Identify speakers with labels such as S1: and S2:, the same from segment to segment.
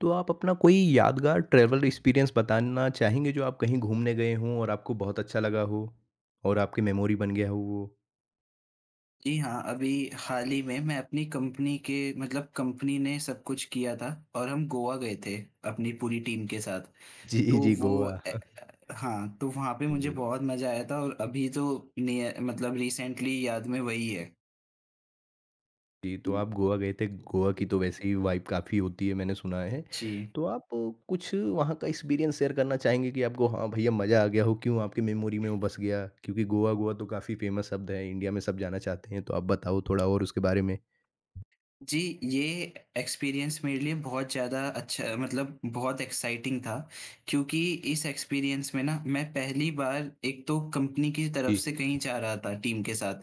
S1: तो आप अपना कोई यादगार ट्रैवल एक्सपीरियंस बताना चाहेंगे जो आप कहीं घूमने गए हों और आपको बहुत अच्छा लगा हो और आपकी मेमोरी बन गया हो वो?
S2: जी हाँ, अभी हाल ही में मैं अपनी कंपनी के मतलब कंपनी ने सब कुछ किया था और हम गोवा गए थे अपनी पूरी टीम के साथ।
S1: जी,
S2: तो
S1: जी,
S2: जी।
S1: गोवा।
S2: हाँ, तो वहाँ पे मुझे
S1: जी,
S2: बहुत मज़ा आया था, और अभी तो नियर मतलब रिसेंटली याद में वही है।
S1: जी, तो
S2: हुँ,
S1: आप गोवा गए थे। गोवा की
S2: हुँ।
S1: तो वैसे ही वाइब काफ़ी होती है मैंने सुना है।
S2: जी।
S1: तो आप कुछ वहाँ का एक्सपीरियंस शेयर करना चाहेंगे कि आपको हाँ, भैया मज़ा आ गया हो, क्यों आपकी मेमोरी में वो बस गया? क्योंकि गोवा, गोवा तो काफ़ी फेमस शब्द है, इंडिया में सब जाना चाहते हैं। तो आप बताओ थोड़ा और उसके बारे में।
S2: जी, ये एक्सपीरियंस मेरे लिए बहुत ज़्यादा अच्छा मतलब बहुत एक्साइटिंग था, क्योंकि इस एक्सपीरियंस में ना मैं पहली बार एक तो कंपनी की तरफ
S1: जी,
S2: से कहीं जा रहा था टीम के साथ।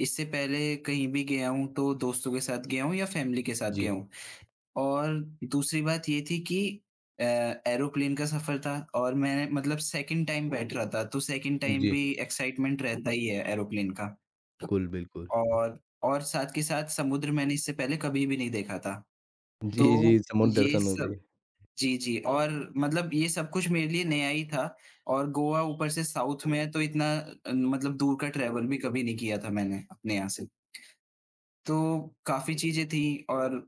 S2: इससे पहले कहीं भी गया हूँ तो दोस्तों के साथ गया हूँ या फैमिली के साथ
S1: जी,
S2: गया हूँ। और दूसरी बात ये थी कि अ, एरोप्लेन का सफ़र था, और मैं मतलब सेकंड टाइम बैठ रहा था, तो सेकंड टाइम
S1: जी।
S2: भी एक्साइटमेंट रहता ही है एरोप्लेन का।
S1: बिल्कुल, बिल्कुल।
S2: और साथ के साथ समुद्र मैंने इससे पहले कभी भी नहीं देखा था।
S1: जी,
S2: तो
S1: जी, समुद्र
S2: ये
S1: दर्शन हो गए।
S2: सब जी, जी। और मतलब ये सब कुछ मेरे लिए नया ही था, और गोवा ऊपर से साउथ में है, तो इतना मतलब दूर का ट्रैवल भी कभी नहीं किया था मैंने अपने यहाँ से। तो काफ़ी चीज़ें थी, और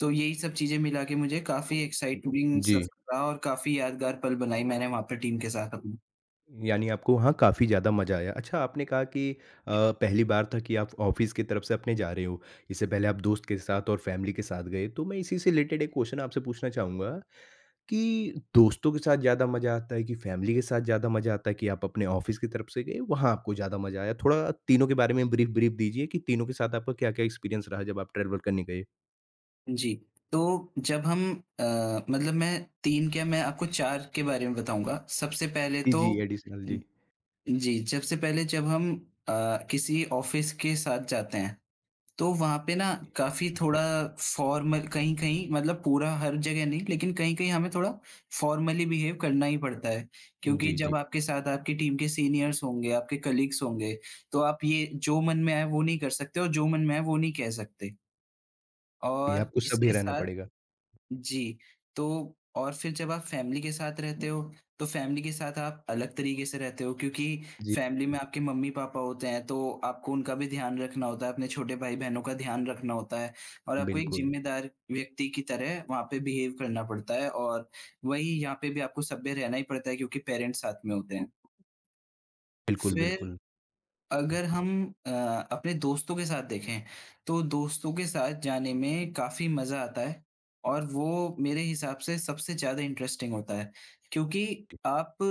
S2: तो यही सब चीज़ें मिला के मुझे काफ़ी एक्साइटिंग
S1: जी।
S2: सफ़र रहा और काफ़ी यादगार पल बनाई मैंने वहाँ पे टीम के साथ अपनी।
S1: यानी आपको वहाँ काफ़ी ज़्यादा मज़ा आया। अच्छा आपने कहा कि पहली बार था कि आप ऑफ़िस की तरफ से अपने जा रहे हो। इससे पहले आप दोस्त के साथ और फैमिली के साथ गए। तो मैं इसी से रिलेटेड एक क्वेश्चन आपसे पूछना चाहूँगा कि दोस्तों के साथ ज़्यादा मज़ा आता है कि फैमिली के साथ ज़्यादा मज़ा आता है कि आप अपने ऑफ़िस की तरफ से गए, वहाँ आपको ज़्यादा मज़ा आया? थोड़ा तीनों के बारे में ब्रीफ़ ब्रीफ़ दीजिए कि तीनों के साथ आपका क्या-क्या एक्सपीरियंस रहा जब आप ट्रैवल करने गए?
S2: जी, तो जब हम अ, मतलब मैं 3 क्या मैं आपको 4 के बारे में बताऊँगा। सबसे पहले
S1: जी,
S2: तो
S1: जी, एडिशनल जी।
S2: हुँ। जी, सबसे पहले जब हम किसी ऑफ़िस के साथ जाते हैं, तो वहाँ पे ना काफ़ी थोड़ा फॉर्मल, कहीं-कहीं मतलब पूरा हर जगह नहीं, लेकिन कहीं-कहीं हमें थोड़ा फॉर्मली बिहेव करना ही पड़ता है। क्योंकि
S1: जी,
S2: जब
S1: जी।
S2: आपके साथ आपकी टीम के सीनियर्स होंगे, आपके कलीग्स होंगे, तो आप ये जो मन में आए वो नहीं कर सकते और जो मन में आए वो नहीं कह सकते।
S1: ये
S2: और
S1: आपको सभ्य
S2: इसके
S1: रहना
S2: साथ
S1: पड़ेगा।
S2: जी, तो और फिर जब आप फैमिली के साथ रहते हो, तो फैमिली के साथ आप अलग तरीके से रहते हो, क्योंकि
S1: जी,
S2: फैमिली
S1: जी।
S2: में आपके मम्मी-पापा होते हैं, तो आपको उनका भी ध्यान रखना होता है, अपने छोटे भाई-बहनों का ध्यान रखना होता है, और आपको एक
S1: बिल्कुल।
S2: जिम्मेदार व्यक्ति की तरह वहाँ पे बिहेव करना पड़ता है। और वहीं यहाँ पे भी आपको सभ्य रहना ही पड़ता है, क्योंकि पेरेंट्स साथ में होते
S1: बिल्कुल,
S2: हैं।
S1: बिल्कुल।
S2: अगर हम अ, अपने दोस्तों के साथ देखें, तो दोस्तों के साथ जाने में काफ़ी मज़ा आता है और वो मेरे हिसाब से सबसे ज़्यादा इंटरेस्टिंग होता है। क्योंकि आप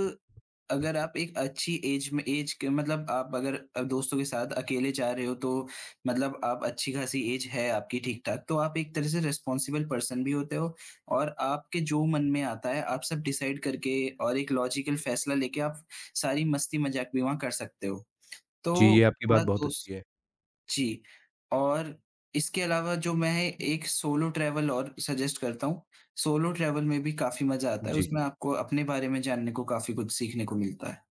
S2: अगर आप एक अच्छी ऐज में ऐज के मतलब आप अगर दोस्तों के साथ अकेले जा रहे हो, तो मतलब आप अच्छी-खासी ऐज है आपकी ठीक-ठाक, तो आप एक तरह से रिस्पॉन्सिबल पर्सन भी होते हो, और आपके जो मन में आता है, आप सब डिसाइड करके और एक लॉजिकल फ़ैसला लेके आप सारी मस्ती-मज़ाक भी वहाँ कर सकते हो।
S1: जी,
S2: तो
S1: ये आपकी बात
S2: थोड़ा
S1: बहुत
S2: दोस्त
S1: अच्छी है।
S2: जी, और इसके अलावा जो मैं एक सोलो ट्रैवल और सजेस्ट करता हूँ, सोलो ट्रैवल में भी काफ़ी मज़ा आता है,
S1: जी,
S2: उसमें आपको अपने बारे में जानने को काफ़ी कुछ सीखने को मिलता है।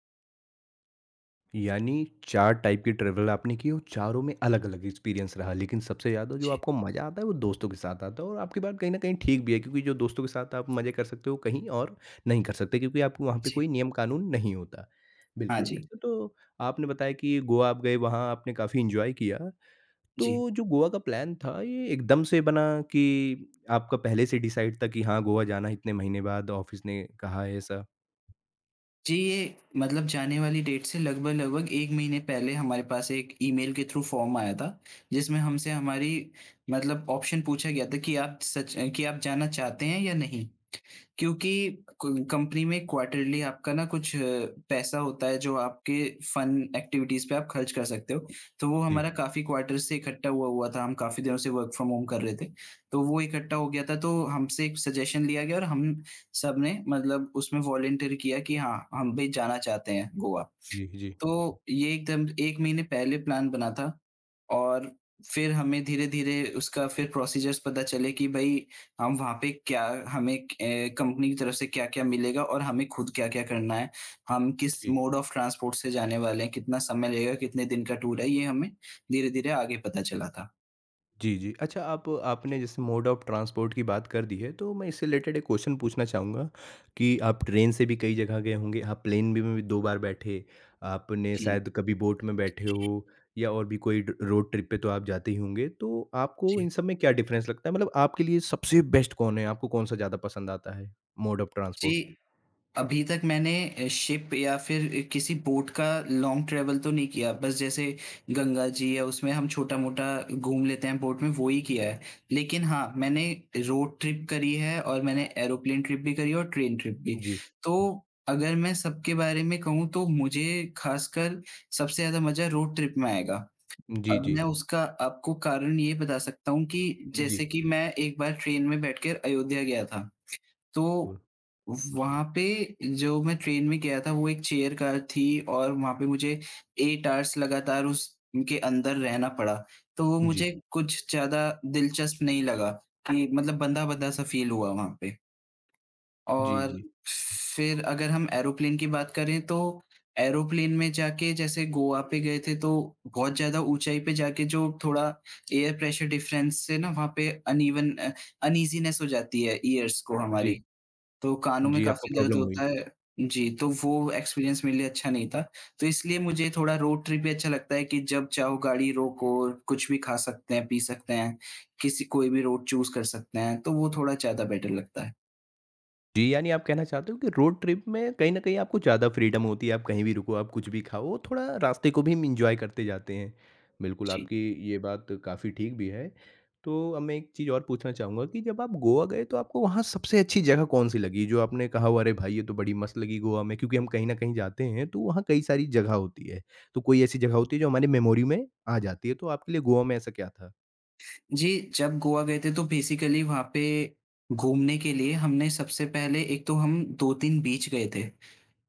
S1: यानी 4 टाइप की ट्रैवल आपने की और चारों में अलग-अलग एक्सपीरियंस रहा, लेकिन सबसे ज़्यादा जो
S2: जी,
S1: आपको मज़ा आता है वो दोस्तों के साथ आता है और आपकी बात कहीं न कहीं ठीक भी है क्योंकि जो दोस्तों के साथ आप मज़े कर सकते हो कहीं और नहीं कर सकते क्योंकि आपको वहाँ पे
S2: जी।
S1: कोई नियम-कानून नहीं होता।
S2: हाँ
S1: बिल्कुल,
S2: जी,
S1: अच्छा तो आपने बताया कि गोवा आप गए वहाँ आपने काफ़ी एन्जॉय किया,
S2: जी।
S1: तो जो गोवा का प्लान था ये एकदम से बना कि आपका पहले से डिसाइड था कि हाँ, गोवा जाना है इतने महीने बाद ऑफ़िस ने कहा है ऐसा?
S2: जी, ये मतलब जाने वाली डेट से लगभग-लगभग 1 महीने पहले हमारे पास एक ईमेल के थ्रू फॉर्म आया था, जिसमें हमसे हमारी मतलब ऑप्शन पूछा गया था कि आप सच कि आप जाना चाहते हैं या नहीं? क्योंकि क कंपनी में क्वार्टरली आपका ना कुछ पैसा होता है जो आपके फन एक्टिविटीज़ पे आप खर्च कर सकते हो। तो वो
S1: जी,
S2: हमारा काफ़ी क्वार्टर से इकट्ठा हुआ हुआ था, हम काफ़ी दिनों से वर्क फ्रॉम होम कर रहे थे। तो वो इकट्ठा हो गया था, तो हमसे एक सजेशन लिया गया और हम सबने मतलब उसमें वॉलंटियर किया कि हाँ, हम भी जाना चाहते हैं गोवा।
S1: जी, जी,
S2: तो ये एकदम 1 महीने पहले प्लान बना था, और फिर हमें धीरे-धीरे उसका फिर प्रोसीजर्स पता चले कि भई हम वहाँ पे क्या हमें कंपनी की तरफ से क्या-क्या मिलेगा और हमें खुद क्या-क्या करना है। हम किस
S1: जी।
S2: मोड ऑफ ट्रांसपोर्ट से जाने वाले हैं, कितना समय लगेगा, कितने दिन का टूर है, ये हमें धीरे-धीरे आगे पता चला था।
S1: जी, जी। अच्छा आप आपने जैसे मोड ऑफ़ ट्रांसपोर्ट की बात कर दी है, तो मैं इससे रिलेटेड एक क्वेश्चन पूछना चाहूँगा कि आप ट्रेन से भी कई जगह गए होंगे, आप प्लेन भी में भी 2 बार बैठे, आपने
S2: जी,
S1: शायद कभी बोट में बैठे हो या और भी कोई ड रोड ट्रिप पे तो आप जाते ही होंगे, तो आपको इन
S2: जी।
S1: सब में क्या डिफ़रेंस लगता है? मतलब आपके लिए सबसे बेस्ट कौन है? आपको कौन-सा ज़्यादा पसंद आता है मोड ऑफ़
S2: जी,
S1: ट्रांसपोर्ट?
S2: अभी तक मैंने शिप या फिर किसी बोट का लॉन्ग ट्रैवल तो नहीं किया, बस जैसे गंगा जी है उसमें हम छोटा-मोटा घूम लेते हैं बोट में, वो ही किया है। लेकिन हाँ, मैंने रोड ट्रिप करी है, और मैंने एरोप्लेन ट्रिप भी करी है और ट्रेन ट्रिप भी।
S1: जी।
S2: तो अगर मैं सबके बारे में कहूँ, तो मुझे खासकर सबसे ज़्यादा मज़ा रोड ट्रिप में आएगा।
S1: जी,
S2: अब
S1: जी।
S2: मैं उसका आपको कारण ये बता सकता हूँ कि जैसे
S1: जी।
S2: कि मैं एक बार ट्रेन में बैठकर अयोध्या गया था। तो, वहाँ पे जो मैं ट्रेन में गया था वो एक चेयर कार थी, और वहाँ पे मुझे 8 आवर्स लगातार उस उनके अंदर रहना पड़ा। तो वो
S1: जी।
S2: मुझे कुछ ज़्यादा दिलचस्प नहीं लगा, कि मतलब बंधा-बंधा सा फ़ील हुआ वहाँ पे।
S1: जी,
S2: और
S1: जी,
S2: फिर अगर हम एरोप्लेन की बात करें, तो एरोप्लेन में जाके जैसे गोवा पे गए थे, तो बहुत ज़्यादा ऊँचाई पे जाके जो थोड़ा एयर प्रेशर डिफरेंस से ना वहाँ पे अनइवन अनईज़ीनेस हो जाती है ईयर्स को
S1: जी।
S2: हमारी। तो कानों में
S1: जी, आपको
S2: काफ़ी दर्द
S1: प्रॉब्लम हुई।
S2: होता है। जी, तो वो एक्सपीरियंस मेरे लिए अच्छा नहीं था। तो इसलिए मुझे थोड़ा रोड ट्रिप भी अच्छा लगता है कि जब चाहो गाड़ी रोको, कुछ भी खा सकते हैं, पी सकते हैं, किसी कोई भी रोड चूज़ कर सकते हैं, तो वो थोड़ा ज़्यादा बेटर लगता है।
S1: जी, यानी आप कहना चाहते हो कि रोड ट्रिप में कहीं न कहीं आपको ज़्यादा फ्रीडम होती है, आप कहीं भी रुको, आप कुछ भी खाओ, थोड़ा रास्ते को भी हम एन्जॉय करते जाते हैं। बिल्कुल,
S2: जी।
S1: आपकी ये बात काफ़ी ठीक भी है। तो अब मैं एक चीज़ और पूछना चाहूँगा कि जब आप गोवा गए तो आपको वहाँ सबसे अच्छी जगह कौन-सी लगी? जो आपने कहा हो अरे भाई ये तो बड़ी मस्त लगी गोवा में क्योंकि हम कहीं न कहीं जाते हैं तो वहाँ कई सारी जगह होती है। तो कोई ऐसी जगह होती है जो हमारी मेमोरी में आ जाती है, तो आपके लिए गोवा में ऐसा क्या था?
S2: जी, जब गोवा गए थे, तो बेसिकली वहाँ पे घूमने के लिए हमने सबसे पहले एक तो हम 2-3 बीच गए थे।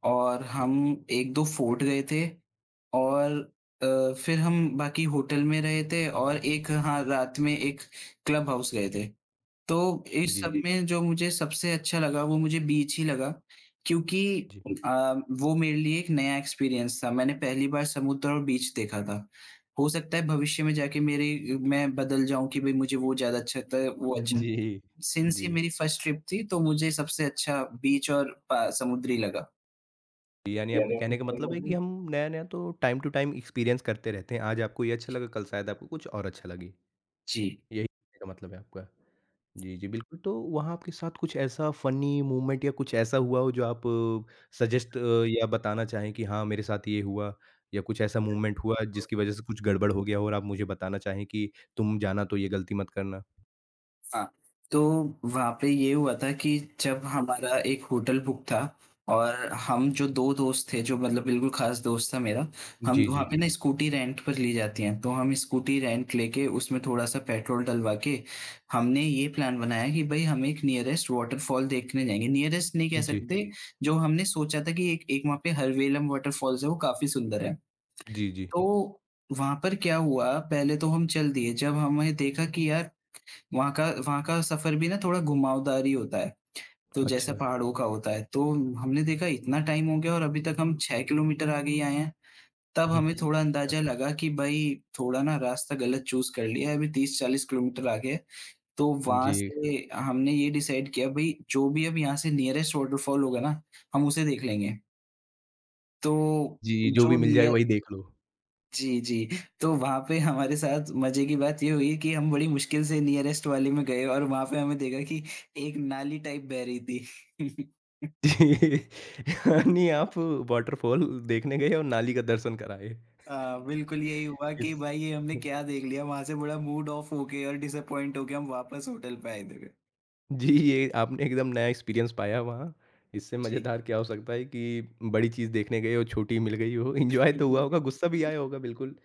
S2: और हम 1-2 फोर्ट गए थे, और फिर हम बाकी होटल में रहे थे, और एक, हाँ, रात में एक क्लब हाउस गए थे। तो इस
S1: जी।
S2: सब जी। में जो मुझे सबसे अच्छा लगा वो मुझे बीच ही लगा, क्योंकि
S1: जी।
S2: हुँ। वो मेरे लिए एक नया एक्सपीरियंस था। मैंने पहली बार समुद्र और बीच देखा था। हो सकता है भविष्य में जाके मेरे मैं बदल जाऊँ कि भई मुझे वो ज़्यादा अच्छा लगता है, वो अच्छा हुँ।
S1: जी।
S2: सिंस
S1: जी।
S2: ये मेरी फर्स्ट ट्रिप थी, तो मुझे सबसे अच्छा बीच और पा समुद्र ही लगा।
S1: यानी आपके कहने का मतलब है कि हम नया-नया तो टाइम टू टाइम एक्सपीरियंस करते रहते हैं। आज आपको ये अच्छा लगा, कल शायद आपको कुछ और अच्छा लगे।
S2: जी।
S1: यही कहने का मतलब है आपका। जी, जी, बिल्कुल तो वहाँ आपके साथ कुछ ऐसा फ़नी मूवमेंट या कुछ ऐसा हुआ हो जो आप सजेस्ट या बताना चाहें कि हाँ, मेरे साथ ये हुआ या कुछ ऐसा मूवमेंट हुआ जिसकी वज़ह से कुछ गड़बड़ हो गया हो और आप मुझे बताना चाहें कि तुम जाना तो ये गलती मत करना?
S2: हाँ, तो वहाँ पे ये हुआ था कि जब हमारा एक होटल बुक था, और हम जो 2 दोस्त थे, जो मतलब बिल्कुल ख़ास दोस्त था मेरा, हम
S1: जी,
S2: वहाँ
S1: जी।
S2: पे ना स्कूटी रेंट पर ली जाती हैं, तो हम स्कूटी रेंट लेके उसमें थोड़ा-सा पेट्रोल डलवा के हमने ये प्लान बनाया कि भई हम एक नियरेस्ट वाटरफॉल देखने जाएँगे। नियरेस्ट नहीं कह
S1: जी।
S2: सकते, जी। जो हमने सोचा था कि एक एक वहाँ पे हरवेलम वाटरफॉल्स है, वो काफ़ी सुंदर है।
S1: जी, जी।
S2: तो वहाँ पर क्या हुआ, पहले तो हम चल दिए, जब हमें देखा कि यार वहाँ का सफ़र भी ना थोड़ा घुमावदार ही होता है, तो जैसे
S1: अच्छा।
S2: पहाड़ों का होता है। तो हमने देखा इतना टाइम हो गया और अभी तक हम 6 किलोमीटर आगे ही आए हैं, तब
S1: हुँ।
S2: हमें थोड़ा
S1: अ,
S2: अंदाज़ा लगा कि भई थोड़ा ना रास्ता गलत चूज़ कर लिया है, अभी 30-40 किलोमीटर आगे है। तो वहाँ
S1: जी।
S2: से हमने ये डिसाइड किया भई जो भी अब यहाँ से नियरेस्ट वाटरफॉल होगा ना, हम उसे देख लेंगे। तो
S1: जी, जो भी
S2: जो
S1: मिल जाए
S2: निय
S1: वही देख लो।
S2: जी, जी। तो वहाँ पे हमारे साथ मज़े की बात ये हुई कि हम बड़ी मुश्किल से नियरेस्ट वाले में गए और वहाँ पे हमें देखा कि एक नाली टाइप बह रही थी।
S1: जी। यानी आप वॉटरफॉल देखने गए और नाली का दर्शन कराए।
S2: बिल्कुल यही हुआ कि
S1: इस
S2: भाई ये हमने क्या देख लिया, वहाँ से बड़ा मूड ऑफ होके और डिसअपॉइंट होके हम वापस होटल पे आए थे फिर।
S1: जी, ये आपने एकदम नया एक्सपीरियंस पाया वहाँ। इससे
S2: जी।
S1: मज़ेदार क्या हो सकता है कि बड़ी चीज़ देखने गए हो, छोटी मिल गई हो। एन्जॉय तो हुआ होगा, गुस्सा भी आया होगा बिल्कुल।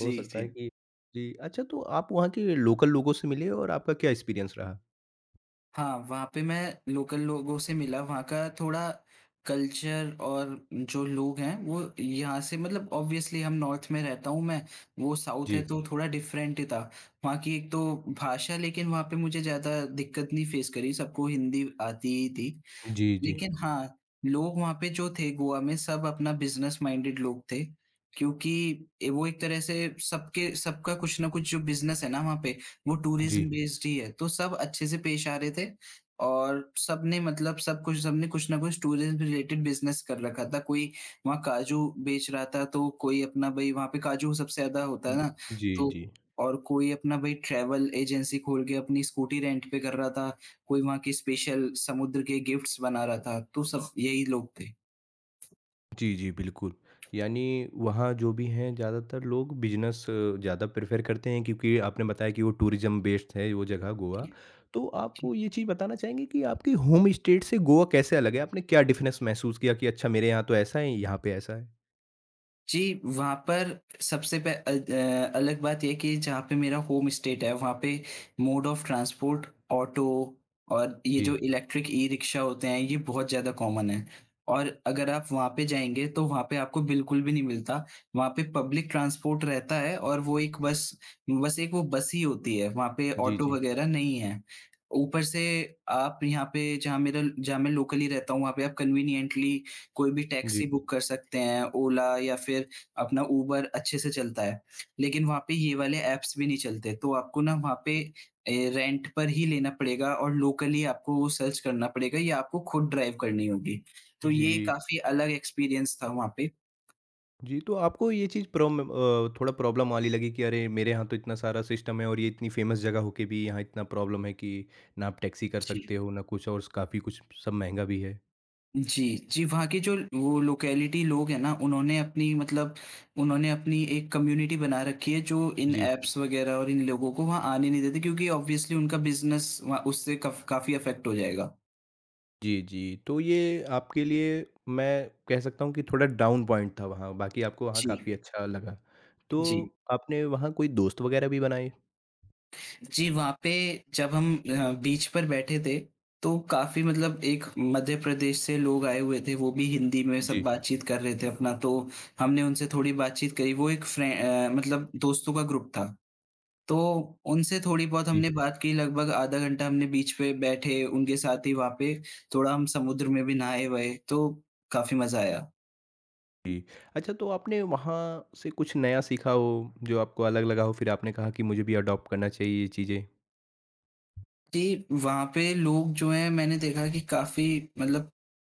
S1: हो सकता है
S2: जी।
S1: कि जी, अच्छा तो आप वहाँ के लोकल लोगों से मिले और आपका क्या एक्सपीरियंस रहा?
S2: हाँ, वहाँ पे मैं लोकल लोगों से मिला, वहाँ का थोड़ा कल्चर और जो लोग हैं वो यहाँ से मतलब ऑब्वियसली हम नॉर्थ में रहता हूँ मैं, वो साउथ
S1: जी।
S2: है, तो थोड़ा डिफरेंट ही था। वहाँ की एक तो भाषा, लेकिन वहाँ पे मुझे ज़्यादा दिक्कत नहीं फेस करी, सबको हिंदी आती ही थी।
S1: जी, जी।
S2: लेकिन हाँ, लोग वहाँ पे जो थे गोवा में सब अपना बिज़नेस माइंडेड लोग थे, क्योंकि ए वो एक तरह से सबके सबका कुछ ना कुछ जो बिज़नेस है ना वहाँ पे, वो
S1: जी।
S2: टूरिज़्म बेस्ड ही है, तो सब अच्छे से पेश आ रहे थे, और सबने मतलब सब कुछ सबने कुछ ना कुछ टूरिज़्म रिलेटेड बिज़नेस कर रखा था। कोई वहाँ काजू बेच रहा था, तो कोई अपना भई वहाँ पे काजू सबसे ज़्यादा होता है ना,
S1: जी,
S2: तो
S1: जी।
S2: और कोई अपना भई ट्रैवल एजेंसी खोल के अपनी स्कूटी रेंट पे कर रहा था, कोई वहाँ के स्पेशल समुद्र के गिफ्ट्स बना रहा था, तो सब यही लोग थे।
S1: जी, जी, बिल्कुल। यानी वहाँ जो भी हैं ज़्यादातर लोग बिज़नेस ज़्यादा प्रेफ़र करते हैं क्योंकि आपने बताया कि वो टूरिज़्म बेस्ड है वो जगह गोवा।
S2: जी।
S1: तो आप वो ये चीज़ बताना चाहेंगे कि आपकी होम स्टेट से गोवा कैसे अलग है? आपने क्या डिफ़रेंस महसूस किया कि अच्छा मेरे यहाँ तो ऐसा है, यहाँ पे ऐसा है?
S2: जी, वहाँ पर सबसे अलग बात ये है कि जहाँ पे मेरा होम स्टेट है, वहाँ पे मोड ऑफ ट्रांसपोर्ट ऑटो और ये
S1: जी।
S2: जो इलेक्ट्रिक ई-रिक्शा होते हैं, ये बहुत ज़्यादा कॉमन है। और अगर आप वहाँ पे जाएँगे, तो वहाँ पे आपको बिल्कुल भी नहीं मिलता। वहाँ पे पब्लिक ट्रांसपोर्ट रहता है, और वो एक बस बस एक वो बस ही होती है, वहाँ पे
S1: जी,
S2: ऑटो
S1: जी।
S2: वगैरह नहीं है। ऊपर से आप यहाँ पे जहाँ मैं लोकली रहता हूँ, वहाँ पे आप कन्वीनिएंटली कोई भी
S1: जी।
S2: टैक्सी बुक कर सकते हैं, ओला या फिर अपना उबर अच्छे से चलता है। लेकिन वहाँ पे ये वाले ऐप्स भी नहीं चलते, तो आपको ना वहाँ पे रेंट पर ही लेना पड़ेगा और लोकली आपको वो सर्च करना पड़ेगा या आपको खुद ड्राइव करनी होगी। तो ये
S1: जी।
S2: काफ़ी अलग एक्सपीरियंस था वहाँ पे।
S1: जी, तो आपको ये चीज़ थोड़ा प्रॉब्लम वाली लगी कि अरे मेरे यहाँ तो इतना सारा सिस्टम है और ये इतनी फ़ेमस जगह होके भी यहाँ इतना प्रॉब्लम है कि ना आप टैक्सी कर
S2: जी।
S1: सकते हो, ना कुछ और काफ़ी कुछ सब महँगा भी है?
S2: जी, जी, वहाँ के जो वो लोकेलिटी लोग हैं ना, उन्होंने अपनी एक कम्युनिटी बना रखी है जो इन
S1: जी।
S2: ऐप्स वग़ैरह और इन लोगों को वहाँ आने नहीं देते क्योंकि ऑब्वियसली उनका बिज़नेस वहाँ उससे कफ काफ़ी अफ़ेक्ट हो जाएगा।
S1: जी, जी। तो ये आपके लिए मैं कह सकता हूँ कि थोड़ा डाउन पॉइंट था वहाँ, बाकी आपको वहाँ
S2: जी,
S1: काफ़ी अच्छा लगा।
S2: जी।
S1: तो आपने वहाँ कोई दोस्त वग़ैरह भी बनाए?
S2: जी, वहाँ पे जब हम बीच पर बैठे थे, तो काफ़ी मतलब एक मध्य प्रदेश से लोग आए हुए थे, वो भी हिंदी में सब
S1: जी,
S2: बातचीत कर रहे थे अपना, तो हमने उनसे थोड़ी बातचीत करी। वो एक मतलब दोस्तों का ग्रुप था। तो उनसे थोड़ी बहुत
S1: जी।
S2: हमने बात की, लगभग आधा घंटा हमने बीच पे बैठे, उनके साथ ही वहाँ पे थोड़ा हम समुद्र में भी नहाए-वाए, तो काफ़ी मज़ा आया।
S1: जी। अच्छा तो आपने वहाँ से कुछ नया सीखा हो, जो आपको अलग लगा हो फिर आपने कहा कि मुझे भी अडॉप्ट करना चाहिए ये चीज़ें?
S2: कि वहाँ पे लोग जो हैं मैंने देखा कि काफ़ी मतलब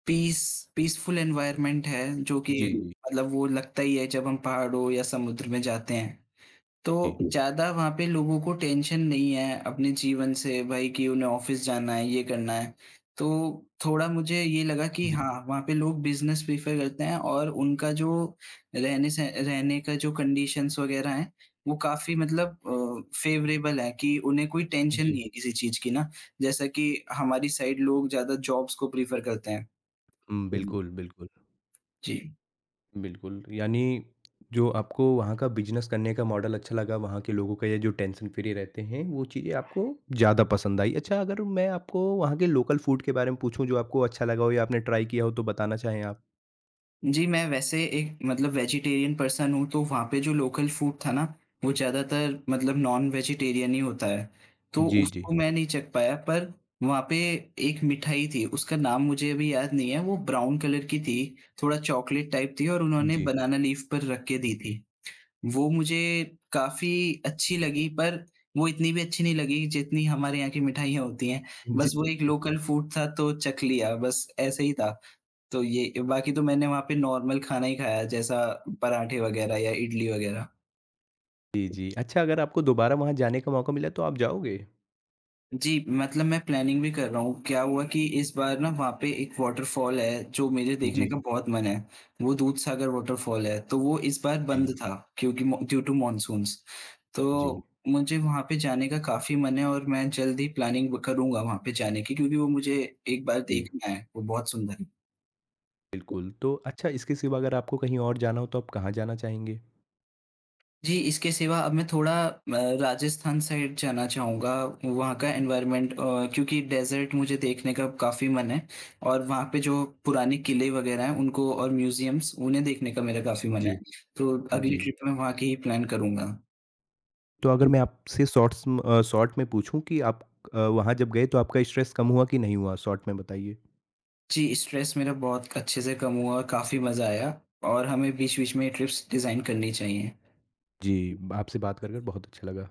S2: पीस पीसफुल एनवायरनमेंट है, जो कि
S1: जी,
S2: जी।
S1: जी,
S2: मतलब वो लगता ही है जब हम पहाड़ों या समुद्र में जाते हैं। तो
S1: जी।
S2: जी। ज़्यादा वहाँ पे लोगों को टेंशन नहीं है अपने जीवन से भाई कि उन्हें ऑफ़िस जाना है, ये करना है। तो थोड़ा मुझे ये लगा कि
S1: जी,
S2: हाँ, वहाँ पे लोग बिज़नेस प्रेफ़र करते हैं और उनका जो रहने का जो कंडीशंस वग़ैरह हैं, वो काफ़ी मतलब फ़ेवरेबल है कि उन्हें कोई टेंशन
S1: जी।
S2: नहीं है किसी चीज़ की ना। जैसा कि हमारी साइड लोग ज़्यादा जॉब्स को प्रेफ़र करते हैं।
S1: हुँ,
S2: हुँ।
S1: बिल्कुल, बिल्कुल।
S2: जी।
S1: बिल्कुल, यानी जो आपको वहाँ का बिज़नेस करने का मॉडल अच्छा लगा, वहाँ के लोगों का ये जो टेंशन फ्री रहते हैं, वो चीज़ें आपको ज़्यादा पसंद आई। अच्छा अगर मैं आपको वहाँ के लोकल फूड के बारे में पूछूँ जो आपको अच्छा लगा हो या आपने ट्राई किया हो तो बताना चाहें आप?
S2: जी, मैं वैसे एक मतलब वेजिटेरियन पर्सन हूँ, तो वहाँ पे जो लोकल फूड था ना, वो ज़्यादातर मतलब नॉन-वेजिटेरियन ही होता है, तो
S1: जी, जी।
S2: उसको मैं नहीं चख पाया। पर वहाँ पे एक मिठाई थी, उसका नाम मुझे अभी याद नहीं है, वो ब्राउन कलर की थी, थोड़ा चॉकलेट टाइप थी और उन्होंने
S1: जी।
S2: बनाना लीफ पर रख के दी थी। वो मुझे काफ़ी अच्छी लगी, पर वो इतनी भी अच्छी नहीं लगी जितनी हमारे यहाँ की मिठाइयाँ होती हैं।
S1: जी,
S2: बस वो एक
S1: जी।
S2: लोकल फूड था, तो चख लिया, बस ऐसे ही था। तो ये बाकी तो मैंने वहाँ पे नॉर्मल खाना ही खाया जैसा पराठे वगैरह या इडली वगैरह।
S1: जी, जी। अच्छा अगर आपको दोबारा वहाँ जाने का मौका मिला तो आप जाओगे?
S2: जी, मतलब मैं प्लानिंग भी कर रहा हूँ। क्या हुआ कि इस बार ना वहाँ पे एक वॉटरफॉल है जो मेरे देखने
S1: जी,
S2: का बहुत मन है। वो दूधसागर वॉटरफॉल है, तो वो इस बार
S1: जी,
S2: बंद था क्योंकि मो ड्यू टू मानसून्स।
S1: जी,
S2: तो मुझे वहाँ पे जाने का काफ़ी मन है और मैं जल्द ही प्लानिंग ब करूँगा वहाँ पे जाने की क्योंकि वो मुझे एक बार
S1: जी।
S2: देखना है, वो बहुत सुंदर है।
S1: बिल्कुल, तो अच्छा इसके सिवा अगर आपको कहीं और जाना हो तो आप कहाँ जाना चाहेंगे?
S2: जी, इसके सिवा अब मैं थोड़ा राजस्थान साइड जाना चाहूँगा, वहाँ का क्योंकि डेज़र्ट मुझे देखने का काफ़ी मन है और वहाँ पे जो पुराने किले वग़ैरह हैं उनको और म्यूज़ियम्स, उन्हें देखने का मेरा काफ़ी मन
S1: जी,
S2: है। तो अगली
S1: जी।
S2: ट्रिप मैं वहाँ की ही प्लान करूँगा।
S1: तो अगर मैं आपसे शॉर्ट में पूछूँ कि आप वहाँ जब गए तो आपका स्ट्रेस कम हुआ कि नहीं हुआ? शॉर्ट में बताइए।
S2: जी, स्ट्रेस मेरा बहुत अच्छे से कम हुआ और काफ़ी मज़ा आया और हमें बीच-बीच में ये ट्रिप्स डिज़ाइन करनी चाहिए।
S1: जी, आपसे बात कर बहुत अच्छा लगा।